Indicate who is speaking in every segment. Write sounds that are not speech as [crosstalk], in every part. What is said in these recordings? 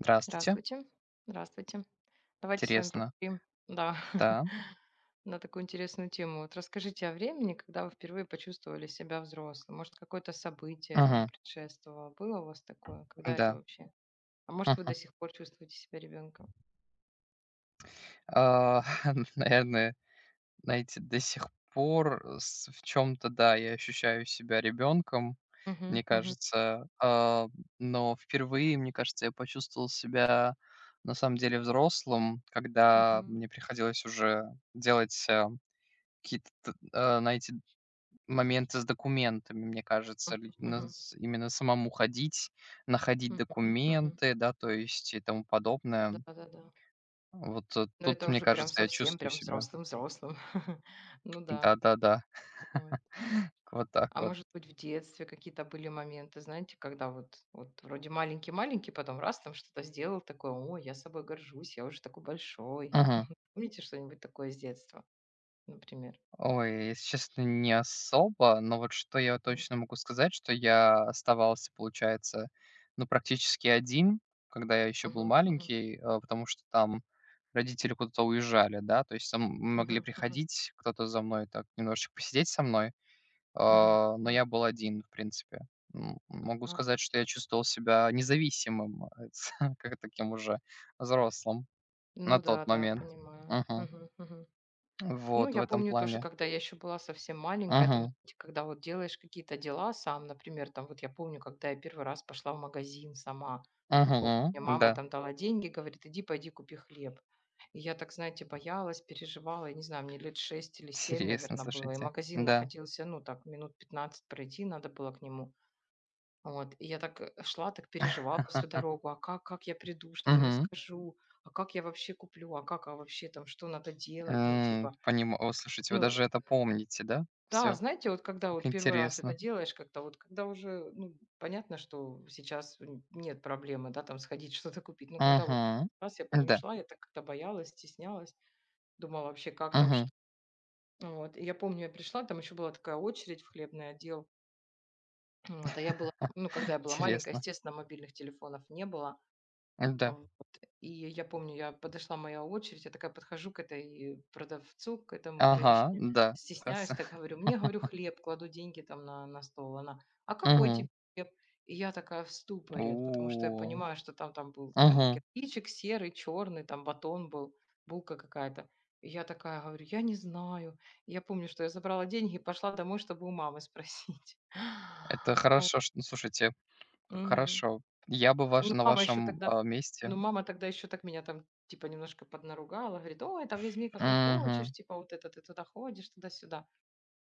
Speaker 1: Здравствуйте.
Speaker 2: Здравствуйте. Здравствуйте. Давайте с вами
Speaker 1: Интересно.
Speaker 2: поговорим, да,
Speaker 1: Да.
Speaker 2: [laughs] на такую интересную тему. Вот расскажите о времени, когда вы впервые почувствовали себя взрослым. Может, какое-то событие этому
Speaker 1: Мгм.
Speaker 2: предшествовало? Было у вас такое? Когда это
Speaker 1: Да.
Speaker 2: вообще? А может, вы
Speaker 1: Мгм.
Speaker 2: до сих пор чувствуете себя ребенком?
Speaker 1: А, [laughs] наверное, знаете, до сих пор с в чем то да, я ощущаю себя ребенком,
Speaker 2: Мгм,
Speaker 1: мне
Speaker 2: мгм,
Speaker 1: кажется. А, но впервые, мне кажется, я почувствовал себя на самом деле взрослым, когда
Speaker 2: мгм,
Speaker 1: мне приходилось уже делать, какие-то знаете, моменты с документами, мне кажется, ль на
Speaker 2: мгм,
Speaker 1: с именно самому ходить, находить
Speaker 2: мгм, мгм, мгм.
Speaker 1: документы, да, то есть и тому подобное.
Speaker 2: Да-да-да.
Speaker 1: Вот,
Speaker 2: Но
Speaker 1: тут,
Speaker 2: это
Speaker 1: мне
Speaker 2: уже прям
Speaker 1: кажется, я
Speaker 2: совсем,
Speaker 1: чувствую
Speaker 2: прям
Speaker 1: себя.
Speaker 2: взрослым-взрослым. [laughs] Ну да.
Speaker 1: Да-да-да,
Speaker 2: Вот.
Speaker 1: [laughs] вот
Speaker 2: А
Speaker 1: так вот.
Speaker 2: может быть, в детстве какие-то были моменты, знаете, когда вот вроде маленький-маленький, потом раз там что-то сделал такое, о, я собой горжусь, я уже такой большой. Помните что-нибудь такое с детства, например?
Speaker 1: Ой, если честно, не особо, но вот что я
Speaker 2: Мгм.
Speaker 1: точно могу сказать, что я оставался, получается, ну, практически один, когда я еще был
Speaker 2: Мгм. Мгм.
Speaker 1: маленький, а, потому что там родители куда-то уезжали, да, то есть там могли
Speaker 2: Мгм. Мгм.
Speaker 1: приходить кто-то за мной, так, немножечко посидеть со мной,
Speaker 2: Мгм.
Speaker 1: а, но
Speaker 2: М.
Speaker 1: я был один, в принципе. Могу
Speaker 2: Ага.
Speaker 1: сказать, что я чувствовал себя независимым, [laughs] как таким уже взрослым на
Speaker 2: Ну
Speaker 1: тот
Speaker 2: да, да,
Speaker 1: момент.
Speaker 2: понимаю.
Speaker 1: Мгм.
Speaker 2: Мгм. Мгм. Ну,
Speaker 1: Вот, в
Speaker 2: я
Speaker 1: этом
Speaker 2: помню тоже,
Speaker 1: плане.
Speaker 2: когда я еще была совсем маленькая, там,
Speaker 1: Мгм.
Speaker 2: знаете, когда вот делаешь какие-то дела сам, например, там вот я помню, когда я первый раз пошла в магазин сама. Помню,
Speaker 1: Мгм.
Speaker 2: мне мама
Speaker 1: Да.
Speaker 2: там дала деньги, говорит: "Иди, пойди купи хлеб". И я так, знаете, боялась, переживала. Я не знаю, мне лет 6 или семь,
Speaker 1: Интересно,
Speaker 2: наверное, было. И
Speaker 1: слушайте.
Speaker 2: магазин
Speaker 1: Да.
Speaker 2: находился, ну, так минут 15 пройти надо было к нему. Вот. И я так, шла, так переживала всю
Speaker 1: [laughs]
Speaker 2: дорогу: а как я приду, что я
Speaker 1: Мгм.
Speaker 2: скажу, а как я вообще куплю, а как, а вообще там, что надо делать? Ну, типа,
Speaker 1: Слушайте, вы
Speaker 2: ну,
Speaker 1: даже это помните, да?
Speaker 2: да,
Speaker 1: Все.
Speaker 2: знаете, вот когда
Speaker 1: Как
Speaker 2: вот первый раз это
Speaker 1: интересно.
Speaker 2: делаешь, как-то вот когда уже, ну, понятно, что сейчас н нет проблемы, да, там сходить [laughs] что-то купить. Но когда вот
Speaker 1: Мгм.
Speaker 2: раз, я помню,
Speaker 1: Да.
Speaker 2: шла, я так как-то боялась, стеснялась, думала вообще, как там,
Speaker 1: Мгм.
Speaker 2: что. Вот, и я помню, я пришла, там еще была такая очередь в хлебный отдел. Вот, а я была, ну, когда я была маленькая,
Speaker 1: Интересно.
Speaker 2: естественно, мобильных телефонов не было. А
Speaker 1: Да.
Speaker 2: вот. И я помню, я подошла моя очередь, я такая подхожу к этой продавцу, к этому, к
Speaker 1: Ага,
Speaker 2: женщине,
Speaker 1: да.
Speaker 2: стесняюсь,
Speaker 1: Оказывается.
Speaker 2: так говорю, мне, говорю, хлеб, кладу деньги там на, стол, она, а какой тебе
Speaker 1: Мгм.
Speaker 2: хлеб? И я такая в
Speaker 1: [laughs]
Speaker 2: ступоре, потому что я
Speaker 1: О.
Speaker 2: понимаю, что там был там,
Speaker 1: Мгм.
Speaker 2: кирпичик серый, черный, там батон был, булка какая-то. И я такая говорю, я не знаю. И я помню, что я забрала деньги и пошла домой, чтобы у мамы спросить.
Speaker 1: Это
Speaker 2: [laughs]
Speaker 1: хорошо, что ну, слушайте, как
Speaker 2: Мгм.
Speaker 1: хорошо. Я бы ваш
Speaker 2: Ну,
Speaker 1: на
Speaker 2: мама еще
Speaker 1: вашем,
Speaker 2: тогда Ну,
Speaker 1: месте.
Speaker 2: мама тогда еще так меня там, типа, немножко поднаругала. Говорит, ой, там возьми какой хочешь,
Speaker 1: Мгм.
Speaker 2: типа, вот это ты туда ходишь, туда-сюда.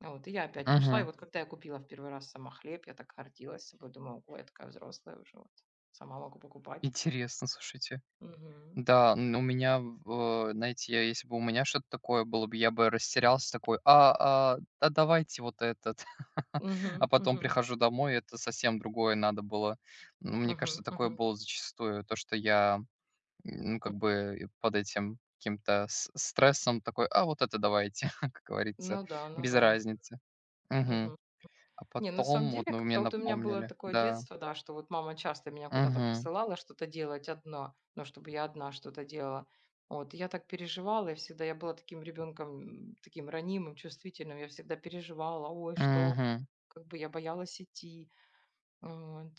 Speaker 2: А вот, и я опять пошла. И
Speaker 1: Мгм.
Speaker 2: вот когда я купила в первый раз сама хлеб, я так гордилась собой. Думаю, ой, я такая взрослая уже, вот. Сама могу покупать.
Speaker 1: Интересно, слушайте.
Speaker 2: Мгм.
Speaker 1: Да, н у меня знаете, если бы у меня что-то такое было бы, я бы растерялся такой: "А, а давайте вот этот". [laughs] А
Speaker 2: Мгм,
Speaker 1: потом
Speaker 2: мгм,
Speaker 1: прихожу домой, это совсем другое надо было. Ну, мне кажется,
Speaker 2: мгм,
Speaker 1: такое
Speaker 2: мгм,
Speaker 1: было зачастую, то, что я, ну,
Speaker 2: м.
Speaker 1: как бы и под этим каким-то с стрессом такой: "А вот это давайте", [laughs] как говорится,
Speaker 2: Ну да, ну
Speaker 1: без
Speaker 2: да.
Speaker 1: разницы. Мгм.
Speaker 2: Мгм.
Speaker 1: А
Speaker 2: Не, на самом
Speaker 1: потом
Speaker 2: деле,
Speaker 1: вот, ну, мне
Speaker 2: как-то вот у меня было
Speaker 1: напомнили.
Speaker 2: такое
Speaker 1: Да.
Speaker 2: детство, да, что вот мама часто меня куда-то
Speaker 1: Угу.
Speaker 2: посылала что-то делать одно, но чтобы я одна что-то делала. Вот, и я так переживала, и всегда я была таким ребенком, таким ранимым, чувствительным, я всегда переживала, ой, что,
Speaker 1: Угу.
Speaker 2: как бы я боялась идти. Вот,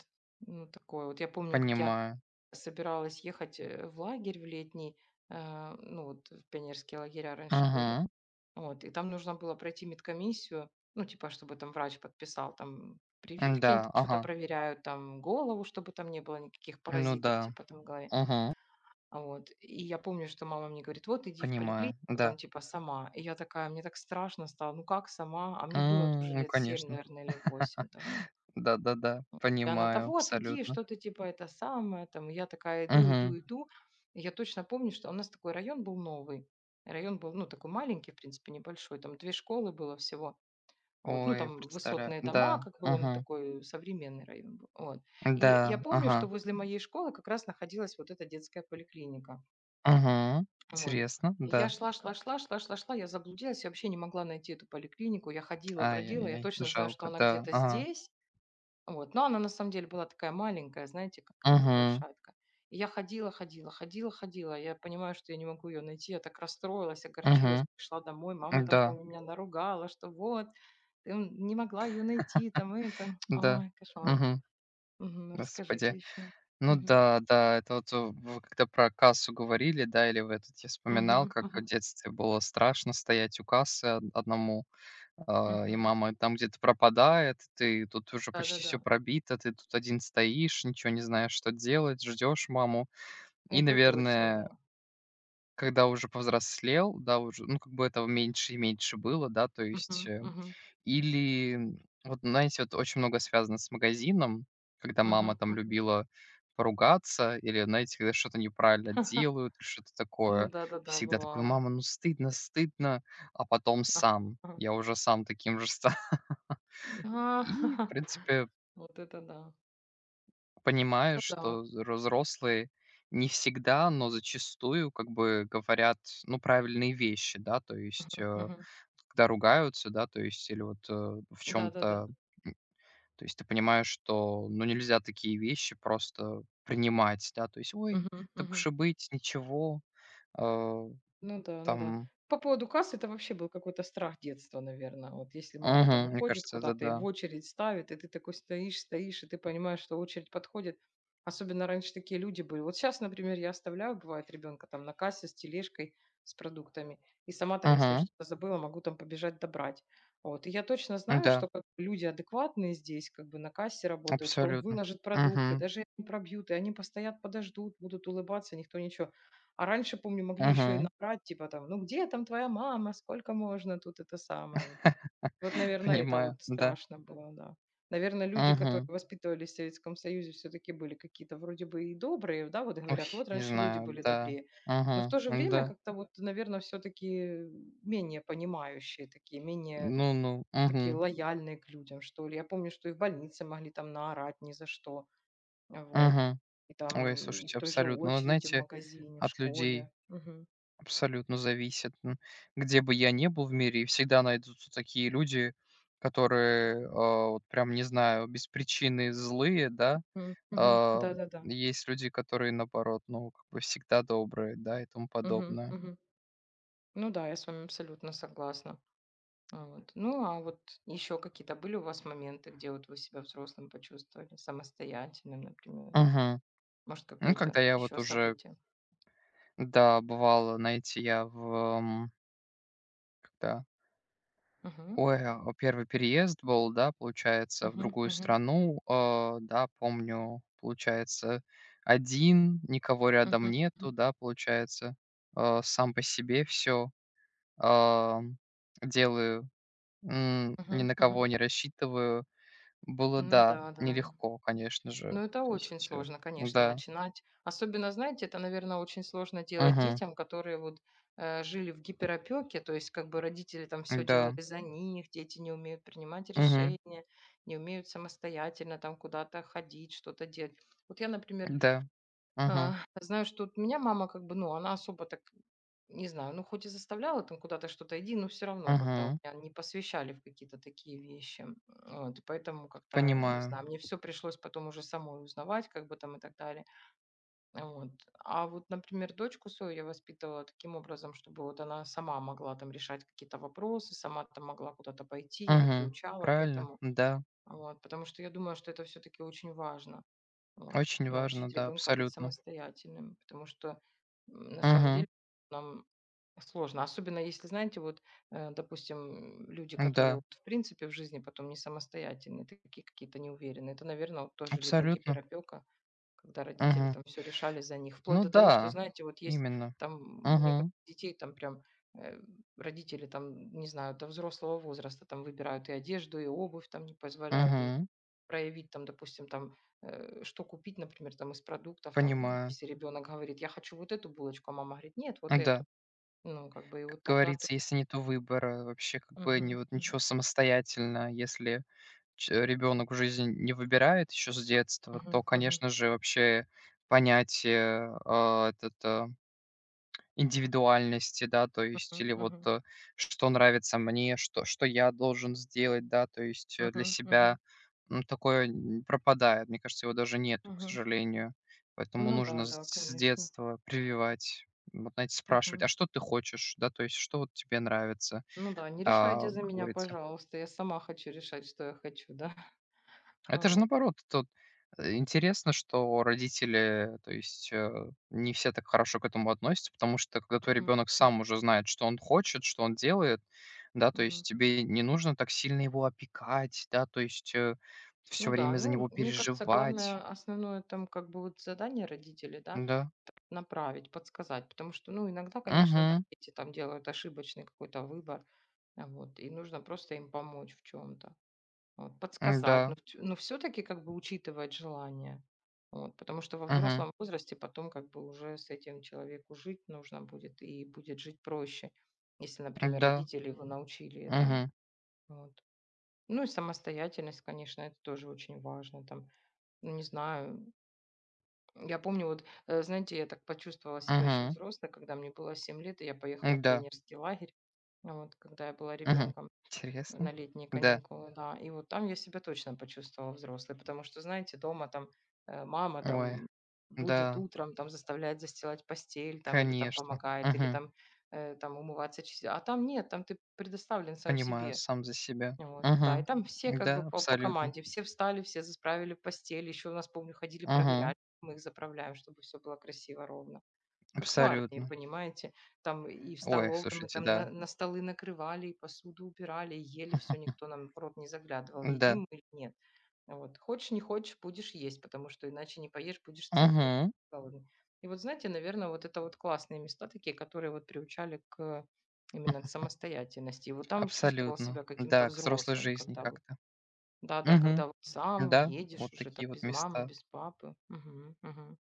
Speaker 2: ну, такое вот. Я помню, как я
Speaker 1: Понимаю.
Speaker 2: собиралась ехать в лагерь в летний, ну, вот в пионерские лагеря раньше были,
Speaker 1: Угу.
Speaker 2: вот, и там нужно было пройти медкомиссию, ну, типа, чтобы там врач подписал там прививки,
Speaker 1: Да,
Speaker 2: они что-то
Speaker 1: ага.
Speaker 2: проверяют, там голову, чтобы там не было никаких
Speaker 1: Ну
Speaker 2: паразитов,
Speaker 1: да.
Speaker 2: типа, там в голове.
Speaker 1: Мгм.
Speaker 2: А вот. И я помню, что мама мне говорит, вот иди в поликлинику,
Speaker 1: Понимаю,
Speaker 2: там,
Speaker 1: да.
Speaker 2: типа, сама. И я такая, мне так страшно стало, ну как сама? А мне было тоже
Speaker 1: Ну,
Speaker 2: лет 7,
Speaker 1: конечно.
Speaker 2: наверное, или 8
Speaker 1: [laughs]
Speaker 2: тогда.
Speaker 1: Да-да-да,
Speaker 2: И она, да
Speaker 1: понимаю
Speaker 2: вот, иди,
Speaker 1: абсолютно.
Speaker 2: что ты, типа, это самое, там. И я такая иду,
Speaker 1: Мгм.
Speaker 2: иду, иду. И я точно помню, что у нас такой район был новый. Район был, ну, такой маленький, в принципе, небольшой. Там две школы было всего. Вот, ну,
Speaker 1: Ой,
Speaker 2: там
Speaker 1: представляю.
Speaker 2: высотные дома,
Speaker 1: Да.
Speaker 2: как бы он
Speaker 1: Мгм.
Speaker 2: такой современный район был. Вот. И я
Speaker 1: Да.
Speaker 2: помню, что
Speaker 1: Ага.
Speaker 2: возле моей школы как раз находилась вот эта детская поликлиника.
Speaker 1: Угу.
Speaker 2: Вот.
Speaker 1: Интересно,
Speaker 2: И я
Speaker 1: да.
Speaker 2: шла, шла, шла, шла, шла, шла, я заблудилась, я вообще не могла найти эту поликлинику. Я ходила, бродила, я
Speaker 1: Ай-яй-яй,
Speaker 2: точно знаю, что
Speaker 1: жалко,
Speaker 2: она
Speaker 1: да.
Speaker 2: где-то
Speaker 1: Ага.
Speaker 2: здесь, вот. Но она на самом деле была такая маленькая, знаете, как
Speaker 1: Угу.
Speaker 2: небольшая такая. И я ходила, ходила, ходила, ходила. Я понимаю, что я не могу ее найти. Я так расстроилась,
Speaker 1: Угу.
Speaker 2: огорчилась, пришла домой. Мама там,
Speaker 1: Да,
Speaker 2: помню, меня наругала, что вот, ты не могла ее найти, там это. [tsk]
Speaker 1: да.
Speaker 2: Ой, кошмар.
Speaker 1: Угу.
Speaker 2: Мгм, расскажите
Speaker 1: Господи.
Speaker 2: еще.
Speaker 1: Ну да, да, это вот, вы когда про кассу говорили, да, или в этот я вспоминал, как в детстве было страшно стоять у кассы од одному. А, и мама там где-то пропадает, ты тут уже почти
Speaker 2: Да-да-да,
Speaker 1: все пробито, ты тут один стоишь, ничего не знаешь, что делать, ждешь маму. И,
Speaker 2: это точно,
Speaker 1: наверное,
Speaker 2: да.
Speaker 1: когда уже повзрослел, да, уже, ну, как бы этого меньше и меньше было, да, то есть,
Speaker 2: Мгм, мгм,
Speaker 1: или, вот, знаете, вот очень много связано с магазином, когда мама
Speaker 2: мгм,
Speaker 1: там
Speaker 2: мгм.
Speaker 1: любила поругаться или, знаете, когда что-то неправильно делают, или что-то
Speaker 2: Ну
Speaker 1: такое.
Speaker 2: да-да-да,
Speaker 1: Всегда такой:
Speaker 2: бывало.
Speaker 1: "Мама, ну стыдно, стыдно". А потом сам.
Speaker 2: Ага.
Speaker 1: Я уже сам таким же [laughs] стал. И, в принципе,
Speaker 2: [laughs] Вот это да. Ну
Speaker 1: понимаешь,
Speaker 2: да.
Speaker 1: что ро взрослые не всегда, но зачастую как бы говорят, ну, правильные вещи, да, то есть,
Speaker 2: Мгм, мгм.
Speaker 1: когда ругаются, да, то есть или вот, в чем
Speaker 2: Да-да-да.
Speaker 1: то то есть ты понимаешь, что, ну, нельзя такие вещи просто принимать, да, то есть: "Ой,
Speaker 2: Мгм,
Speaker 1: так
Speaker 2: мгм.
Speaker 1: уж и быть, ничего". Э,
Speaker 2: Ну да, ну да.
Speaker 1: там.
Speaker 2: По поводу касс это вообще был какой-то страх детства, наверное. Вот если мама там
Speaker 1: Мгм. Мне
Speaker 2: уходит
Speaker 1: кажется, это
Speaker 2: куда-то и в
Speaker 1: да.
Speaker 2: очередь ставит, и ты такой стоишь, стоишь, и ты понимаешь, что очередь подходит. Особенно раньше такие люди были. Вот сейчас, например, я оставляю, бывает, ребенка там на кассе с тележкой, с продуктами. И сама там, если я
Speaker 1: Мгм.
Speaker 2: что-то забыла, могу там побежать добрать. Вот. И я точно знаю,
Speaker 1: Да,
Speaker 2: что как бы люди адекватные здесь, как бы на кассе работают, что он
Speaker 1: абсолютно.
Speaker 2: выложит продукты,
Speaker 1: Мгм.
Speaker 2: даже не пробьют, и они постоят, подождут, будут улыбаться, никто ничего. А раньше, помню, могли еще и
Speaker 1: Мгм.
Speaker 2: набрать, типа там: "Ну где там твоя мама? Сколько можно тут?" Это самое вот. Вот,
Speaker 1: [laughs]
Speaker 2: наверное, это
Speaker 1: Понимаю,
Speaker 2: вот
Speaker 1: да.
Speaker 2: страшно было, да. Наверное, люди, которые
Speaker 1: Мгм.
Speaker 2: воспитывались в Советском Союзе, все-таки были какие-то вроде бы и добрые, да, вот говорят:
Speaker 1: Ой,
Speaker 2: "Вот
Speaker 1: не
Speaker 2: раньше люди
Speaker 1: знаю,
Speaker 2: были
Speaker 1: да.
Speaker 2: добрее". Но в то же
Speaker 1: Мгм.
Speaker 2: время
Speaker 1: Да.
Speaker 2: как-то вот, наверное, все-таки менее понимающие такие, менее
Speaker 1: Ну-ну.
Speaker 2: такие
Speaker 1: Мгм.
Speaker 2: лояльные к людям, что ли. Я помню, что и в больнице могли там наорать ни за что. Вот.
Speaker 1: Мгм.
Speaker 2: И
Speaker 1: Ой,
Speaker 2: там, и в
Speaker 1: слушайте,
Speaker 2: той же
Speaker 1: абсолютно. Вот
Speaker 2: очереди в
Speaker 1: знаете,
Speaker 2: магазине, в
Speaker 1: от людей
Speaker 2: школе. Мгм.
Speaker 1: абсолютно зависит. Где бы я ни был в мире, и всегда найдутся такие люди, которые, вот прям, не знаю, без причины злые, да.
Speaker 2: Мгм, мгм.
Speaker 1: А,
Speaker 2: Да-да-да.
Speaker 1: есть люди, которые, наоборот, ну, как бы всегда добрые, да, и тому
Speaker 2: Мгм,
Speaker 1: подобное.
Speaker 2: мгм. Ну да, я с вами абсолютно согласна. Вот. Ну, а вот еще какие-то были у вас моменты, где вот вы себя взрослым почувствовали, самостоятельным, например?
Speaker 1: Мгм.
Speaker 2: Может,
Speaker 1: Ну, когда
Speaker 2: какое-то
Speaker 1: я вот
Speaker 2: еще
Speaker 1: уже,
Speaker 2: событие?
Speaker 1: да, бывало, знаете, я в, м, когда
Speaker 2: Мгм,
Speaker 1: ой, первый переезд был, да, получается, в
Speaker 2: мгм,
Speaker 1: другую
Speaker 2: мгм,
Speaker 1: страну. Да, помню, получается, один, никого
Speaker 2: мгм,
Speaker 1: рядом
Speaker 2: мгм,
Speaker 1: нету, да, получается, сам по себе все делаю, ни
Speaker 2: мгм,
Speaker 1: на
Speaker 2: мгм.
Speaker 1: кого не рассчитываю. Было,
Speaker 2: Ну
Speaker 1: да,
Speaker 2: да, да.
Speaker 1: нелегко, конечно же.
Speaker 2: Ну, это
Speaker 1: То
Speaker 2: очень
Speaker 1: есть.
Speaker 2: сложно, конечно,
Speaker 1: Да,
Speaker 2: начинать. Особенно, знаете, это, наверное, очень сложно делать
Speaker 1: мгм,
Speaker 2: детям, которые вот жили в гиперопеке, то есть как бы родители там все делали
Speaker 1: да,
Speaker 2: за них, дети не умеют принимать
Speaker 1: мгм,
Speaker 2: решения, не умеют самостоятельно там куда-то ходить, что-то делать. Вот я, например,
Speaker 1: да, мгм,
Speaker 2: а, знаю, что вот меня мама как бы, ну, она особо так, не знаю, ну, хоть и заставляла там куда-то что-то иди, но все равно как-то вот
Speaker 1: мгм,
Speaker 2: меня не посвящали в какие-то такие вещи. Вот, и поэтому как-то, не
Speaker 1: понимаю,
Speaker 2: знаю, мне все пришлось потом уже самой узнавать, как бы там и так далее. А вот. А вот, например, дочку свою я воспитывала таким образом, чтобы вот она сама могла там решать какие-то вопросы, сама там могла куда-то пойти, я ее
Speaker 1: мгм.
Speaker 2: приучала к
Speaker 1: Правильно,
Speaker 2: этому.
Speaker 1: да,
Speaker 2: Вот, потому что я думаю, что это все-таки очень важно. Вот.
Speaker 1: очень важно,
Speaker 2: Научить
Speaker 1: да,
Speaker 2: ребенка быть
Speaker 1: абсолютно.
Speaker 2: самостоятельным, потому что на самом
Speaker 1: Мгм.
Speaker 2: деле нам сложно. Особенно если, знаете, вот, допустим, люди, которые
Speaker 1: Да,
Speaker 2: вот в принципе в жизни потом не самостоятельные, такие какие-то неуверенные. Это, наверное, тоже либо
Speaker 1: абсолютно.
Speaker 2: гиперопека, когда родители
Speaker 1: Мгм.
Speaker 2: там все решали за них. Вплоть
Speaker 1: Ну
Speaker 2: до того, что,
Speaker 1: да,
Speaker 2: знаете, вот есть
Speaker 1: именно.
Speaker 2: там у некоторых
Speaker 1: Мгм.
Speaker 2: детей там прям э, родители там, не знаю, до взрослого возраста там выбирают и одежду, и обувь там не позволяют им
Speaker 1: Мгм.
Speaker 2: проявить там, допустим, там, что купить, например, там из продуктов, там,
Speaker 1: Понимаю.
Speaker 2: если ребенок говорит, я хочу вот эту булочку, а мама говорит, нет, вот эту.
Speaker 1: Да.
Speaker 2: Ну, как бы, и
Speaker 1: Как
Speaker 2: вот тогда то...
Speaker 1: говорится, если нету выбора, вообще как бы
Speaker 2: Мгм,
Speaker 1: не вот ничего
Speaker 2: мгм,
Speaker 1: самостоятельно, если ребенок в жизни не выбирает еще с детства,
Speaker 2: мгм,
Speaker 1: то,
Speaker 2: мгм,
Speaker 1: конечно же, вообще понятие, а, этот, а индивидуальности, да, то есть
Speaker 2: мгм,
Speaker 1: или вот,
Speaker 2: мгм,
Speaker 1: что нравится мне, что я должен сделать, да, то есть, для
Speaker 2: мгм, мгм,
Speaker 1: себя. Такое н пропадает. Мне кажется, его даже нету, к
Speaker 2: мгм.
Speaker 1: сожалению. Поэтому
Speaker 2: Ну да,
Speaker 1: нужно с
Speaker 2: да,
Speaker 1: с
Speaker 2: конечно.
Speaker 1: детства прививать. Вот, знаете, спрашивать:
Speaker 2: Мгм.
Speaker 1: "А что ты хочешь?" Да, то есть, что вот тебе нравится?
Speaker 2: Ну да, не решайте
Speaker 1: А,
Speaker 2: за
Speaker 1: как
Speaker 2: меня,
Speaker 1: говорится.
Speaker 2: пожалуйста, я сама хочу решать, что я хочу, да. [laughs]
Speaker 1: Это же
Speaker 2: Вот.
Speaker 1: наоборот, тут, интересно, что родители, то есть, не все так хорошо к этому относятся, потому что когда твой
Speaker 2: Мгм,
Speaker 1: ребенок
Speaker 2: м,
Speaker 1: сам уже знает, что он хочет, что он делает, да, то
Speaker 2: мгм.
Speaker 1: есть тебе не нужно так сильно его опекать, да, то есть, все
Speaker 2: Ну да,
Speaker 1: время за
Speaker 2: ну,
Speaker 1: него
Speaker 2: мне кажется, главное,
Speaker 1: переживать.
Speaker 2: основное там как бы вот задание родителей, да,
Speaker 1: Да.
Speaker 2: направить, подсказать, потому что, ну, иногда, конечно, да,
Speaker 1: Мгм.
Speaker 2: дети там делают ошибочный какой-то выбор, а вот, и нужно просто им помочь в чем-то, вот,
Speaker 1: М-да.
Speaker 2: подсказать, но все-таки как бы учитывать желание, вот, потому что во
Speaker 1: Мгм.
Speaker 2: взрослом возрасте потом как бы уже с этим человеку жить нужно будет и будет жить проще, если, например,
Speaker 1: Да.
Speaker 2: родители его научили этому,
Speaker 1: Мгм.
Speaker 2: вот. Ну и самостоятельность, конечно, это тоже очень важно, там, ну, не знаю. Я помню, вот, знаете, я так почувствовала себя еще
Speaker 1: Мгм.
Speaker 2: взрослой, когда мне было 7 лет, и я поехала в
Speaker 1: Да.
Speaker 2: пионерский лагерь, вот, когда я была
Speaker 1: Мгм.
Speaker 2: ребенком
Speaker 1: Интересно.
Speaker 2: на летние
Speaker 1: Да.
Speaker 2: каникулы, да. И вот там я себя точно почувствовала взрослой, потому что, знаете, дома там мама
Speaker 1: Ой,
Speaker 2: там
Speaker 1: да,
Speaker 2: будет утром, там заставляет застилать постель, там, или там
Speaker 1: конечно.
Speaker 2: помогает, или
Speaker 1: Угу.
Speaker 2: там, там умываться, чистить. А там нет, там ты предоставлен сам
Speaker 1: Понимаю
Speaker 2: себе.
Speaker 1: сам за себя.
Speaker 2: Вот, да, и
Speaker 1: Мгм.
Speaker 2: там все как бы
Speaker 1: Да,
Speaker 2: по,
Speaker 1: абсолютно.
Speaker 2: команде, все встали, все засправили постель. Еще у нас, помню, ходили
Speaker 1: Мгм.
Speaker 2: проверять, мы их заправляем, чтобы все было красиво, ровно. Как в армии,
Speaker 1: Абсолютно.
Speaker 2: понимаете? Там и в
Speaker 1: Ой,
Speaker 2: столовой мы
Speaker 1: слушайте,
Speaker 2: там
Speaker 1: да.
Speaker 2: на столы накрывали, и посуду убирали, и ели все,
Speaker 1: [laughs]
Speaker 2: никто нам в рот не заглядывал,
Speaker 1: Да.
Speaker 2: едим мы или нет. Вот. Хочешь, не хочешь, будешь есть, потому что иначе не поешь, будешь целый день
Speaker 1: Мгм.
Speaker 2: голодный. И вот, знаете, наверное, вот это вот классные места такие, которые вот приучали к именно к самостоятельности. И вот там чувствовал
Speaker 1: Абсолютно.
Speaker 2: себя каким-то
Speaker 1: Да, к взрослой
Speaker 2: взрослым,
Speaker 1: жизни
Speaker 2: когда вот,
Speaker 1: как-то.
Speaker 2: да-да,
Speaker 1: Мгм.
Speaker 2: когда вот сам
Speaker 1: Да,
Speaker 2: едешь
Speaker 1: вот
Speaker 2: уже там
Speaker 1: такие вот
Speaker 2: без мамы,
Speaker 1: места.
Speaker 2: без папы. Мгм, мгм.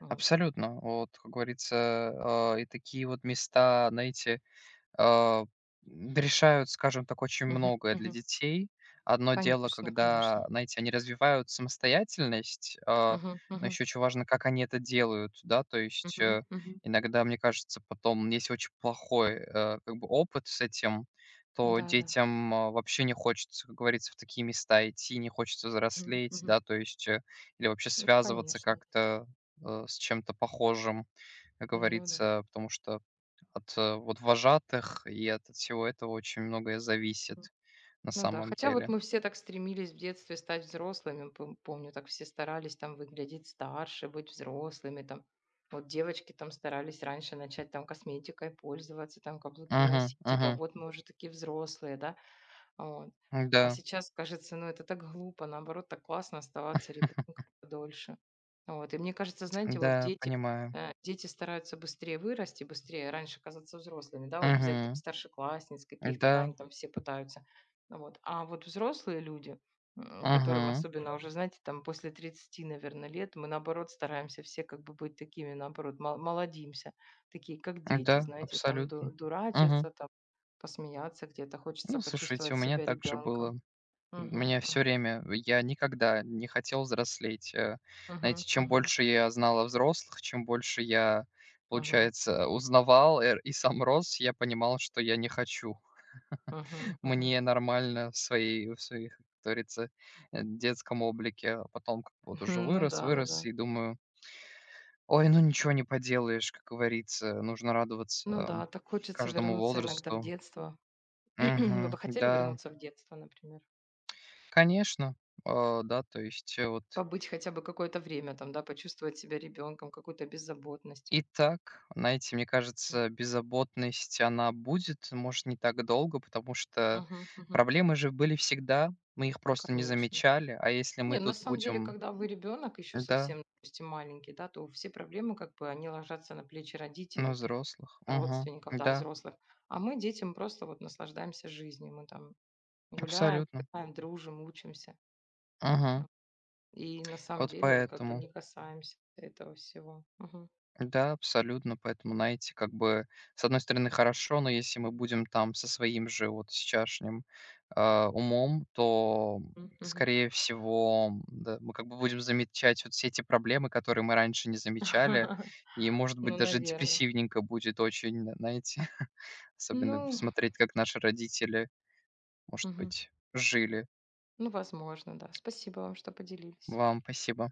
Speaker 2: Вот.
Speaker 1: Абсолютно. Вот, как говорится, и такие вот места, знаете, а, решают, скажем так, очень
Speaker 2: Мгм,
Speaker 1: многое для
Speaker 2: мгм.
Speaker 1: детей. Одно дело,
Speaker 2: Конечно,
Speaker 1: когда,
Speaker 2: конечно.
Speaker 1: знаете, они развивают самостоятельность,
Speaker 2: Мгм,
Speaker 1: но
Speaker 2: мгм,
Speaker 1: еще очень важно, как они это делают, да, то есть,
Speaker 2: мгм, мгм.
Speaker 1: иногда, мне кажется, потом, если очень плохой как бы опыт с этим, то
Speaker 2: Да-да.
Speaker 1: детям вообще не хочется, как говорится, в такие места идти, не хочется
Speaker 2: Мгм,
Speaker 1: взрослеть,
Speaker 2: мгм.
Speaker 1: да, то есть, или вообще
Speaker 2: Ну,
Speaker 1: связываться
Speaker 2: конечно.
Speaker 1: как-то с чем-то похожим, как
Speaker 2: Ну да.
Speaker 1: говорится, потому что от, вот вожатых и от всего этого очень многое
Speaker 2: Мгм.
Speaker 1: зависит на
Speaker 2: Ну да.
Speaker 1: самом
Speaker 2: Хотя вот
Speaker 1: деле.
Speaker 2: мы все так стремились в детстве стать взрослыми. Помню, так все старались там выглядеть старше, быть взрослыми там. Вот девочки там старались раньше начать там косметикой пользоваться, там каблуки
Speaker 1: Мгм,
Speaker 2: носить. Типа
Speaker 1: мгм.
Speaker 2: вот мы уже такие взрослые, да? А вот. А
Speaker 1: Да.
Speaker 2: сейчас кажется, ну, это так глупо, наоборот, так классно оставаться ребенком
Speaker 1: [laughs]
Speaker 2: подольше. Вот. И мне кажется, знаете, вот
Speaker 1: Да,
Speaker 2: дети,
Speaker 1: понимаю.
Speaker 2: э, дети стараются быстрее вырасти, быстрее раньше казаться взрослыми, да, вот взять там
Speaker 1: Мгм.
Speaker 2: старшеклассниц каких-то, да,
Speaker 1: Да.
Speaker 2: они там все пытаются. Ну вот. А вот взрослые люди, которым
Speaker 1: Мгм.
Speaker 2: особенно уже, знаете, там после тридцати, наверное, лет, мы наоборот стараемся все как бы быть такими, наоборот, молодимся, такие как дети,
Speaker 1: Да,
Speaker 2: знаете, там ду-
Speaker 1: абсолютно. Мгм.
Speaker 2: дурачатся, Посмеяться где-то, хочется
Speaker 1: Ну, слушайте,
Speaker 2: почувствовать
Speaker 1: у меня
Speaker 2: себя
Speaker 1: также было.
Speaker 2: ребенком.
Speaker 1: У
Speaker 2: Мгм,
Speaker 1: меня все
Speaker 2: мгм,
Speaker 1: время я никогда не хотел взрослеть.
Speaker 2: мгм,
Speaker 1: Знаете, чем
Speaker 2: мгм,
Speaker 1: больше я знал о взрослых, чем больше я,
Speaker 2: мгм,
Speaker 1: получается, узнавал, и сам рос, я понимал, что я не хочу.
Speaker 2: мгм, мгм.
Speaker 1: Мне нормально в своих, как говорится, детском облике. А потом как бы вот
Speaker 2: [laughs]
Speaker 1: уже
Speaker 2: Ну
Speaker 1: вырос,
Speaker 2: да, ну
Speaker 1: вырос
Speaker 2: да.
Speaker 1: и думаю: "Ой, ну ничего не поделаешь", как говорится. Нужно радоваться,
Speaker 2: Ну да, так хочется
Speaker 1: каждому
Speaker 2: вернуться иногда в
Speaker 1: возрасту.
Speaker 2: детство. [clears throat] Вы бы
Speaker 1: Мгм.
Speaker 2: хотели
Speaker 1: Да,
Speaker 2: вернуться в детство, например?
Speaker 1: конечно. Да, то есть, вот
Speaker 2: Побыть хотя бы какое-то время там, да, почувствовать себя ребенком, какую-то беззаботность.
Speaker 1: и так, знаете, мне
Speaker 2: М,
Speaker 1: кажется, беззаботность, она будет, может, не так долго, потому что
Speaker 2: мгм, мгм.
Speaker 1: проблемы же были всегда, мы их просто не
Speaker 2: Конечно.
Speaker 1: замечали. А если
Speaker 2: Не,
Speaker 1: мы
Speaker 2: ну на
Speaker 1: тут
Speaker 2: самом деле,
Speaker 1: будем
Speaker 2: когда вы ребенок еще
Speaker 1: да.
Speaker 2: совсем, допустим, маленький, да, то все проблемы, как бы, они ложатся на плечи
Speaker 1: Ну,
Speaker 2: родителей, там,
Speaker 1: взрослых. Мгм.
Speaker 2: родственников, да,
Speaker 1: Да,
Speaker 2: взрослых. А мы, детям просто вот наслаждаемся жизнью. Мы там гуляем,
Speaker 1: абсолютно.
Speaker 2: играем, дружим, учимся.
Speaker 1: Мгм.
Speaker 2: А, и на самом
Speaker 1: Вот
Speaker 2: деле вот как бы
Speaker 1: поэтому.
Speaker 2: не касаемся этого всего. Мгм.
Speaker 1: Да, абсолютно. Поэтому, знаете, как бы, с одной стороны, хорошо, но если мы будем там со своим же вот сейчасшним, умом, то,
Speaker 2: М, мгм.
Speaker 1: скорее всего, да, мы как бы будем замечать вот все эти проблемы, которые мы раньше не замечали.
Speaker 2: [laughs]
Speaker 1: И, может быть,
Speaker 2: Ну,
Speaker 1: даже
Speaker 2: наверное.
Speaker 1: депрессивненько будет очень, н знаете, [laughs] особенно
Speaker 2: Ну,
Speaker 1: смотреть, как наши родители, может
Speaker 2: мгм.
Speaker 1: быть, жили.
Speaker 2: Ну, возможно, да. Спасибо вам, что поделились.
Speaker 1: Вам спасибо.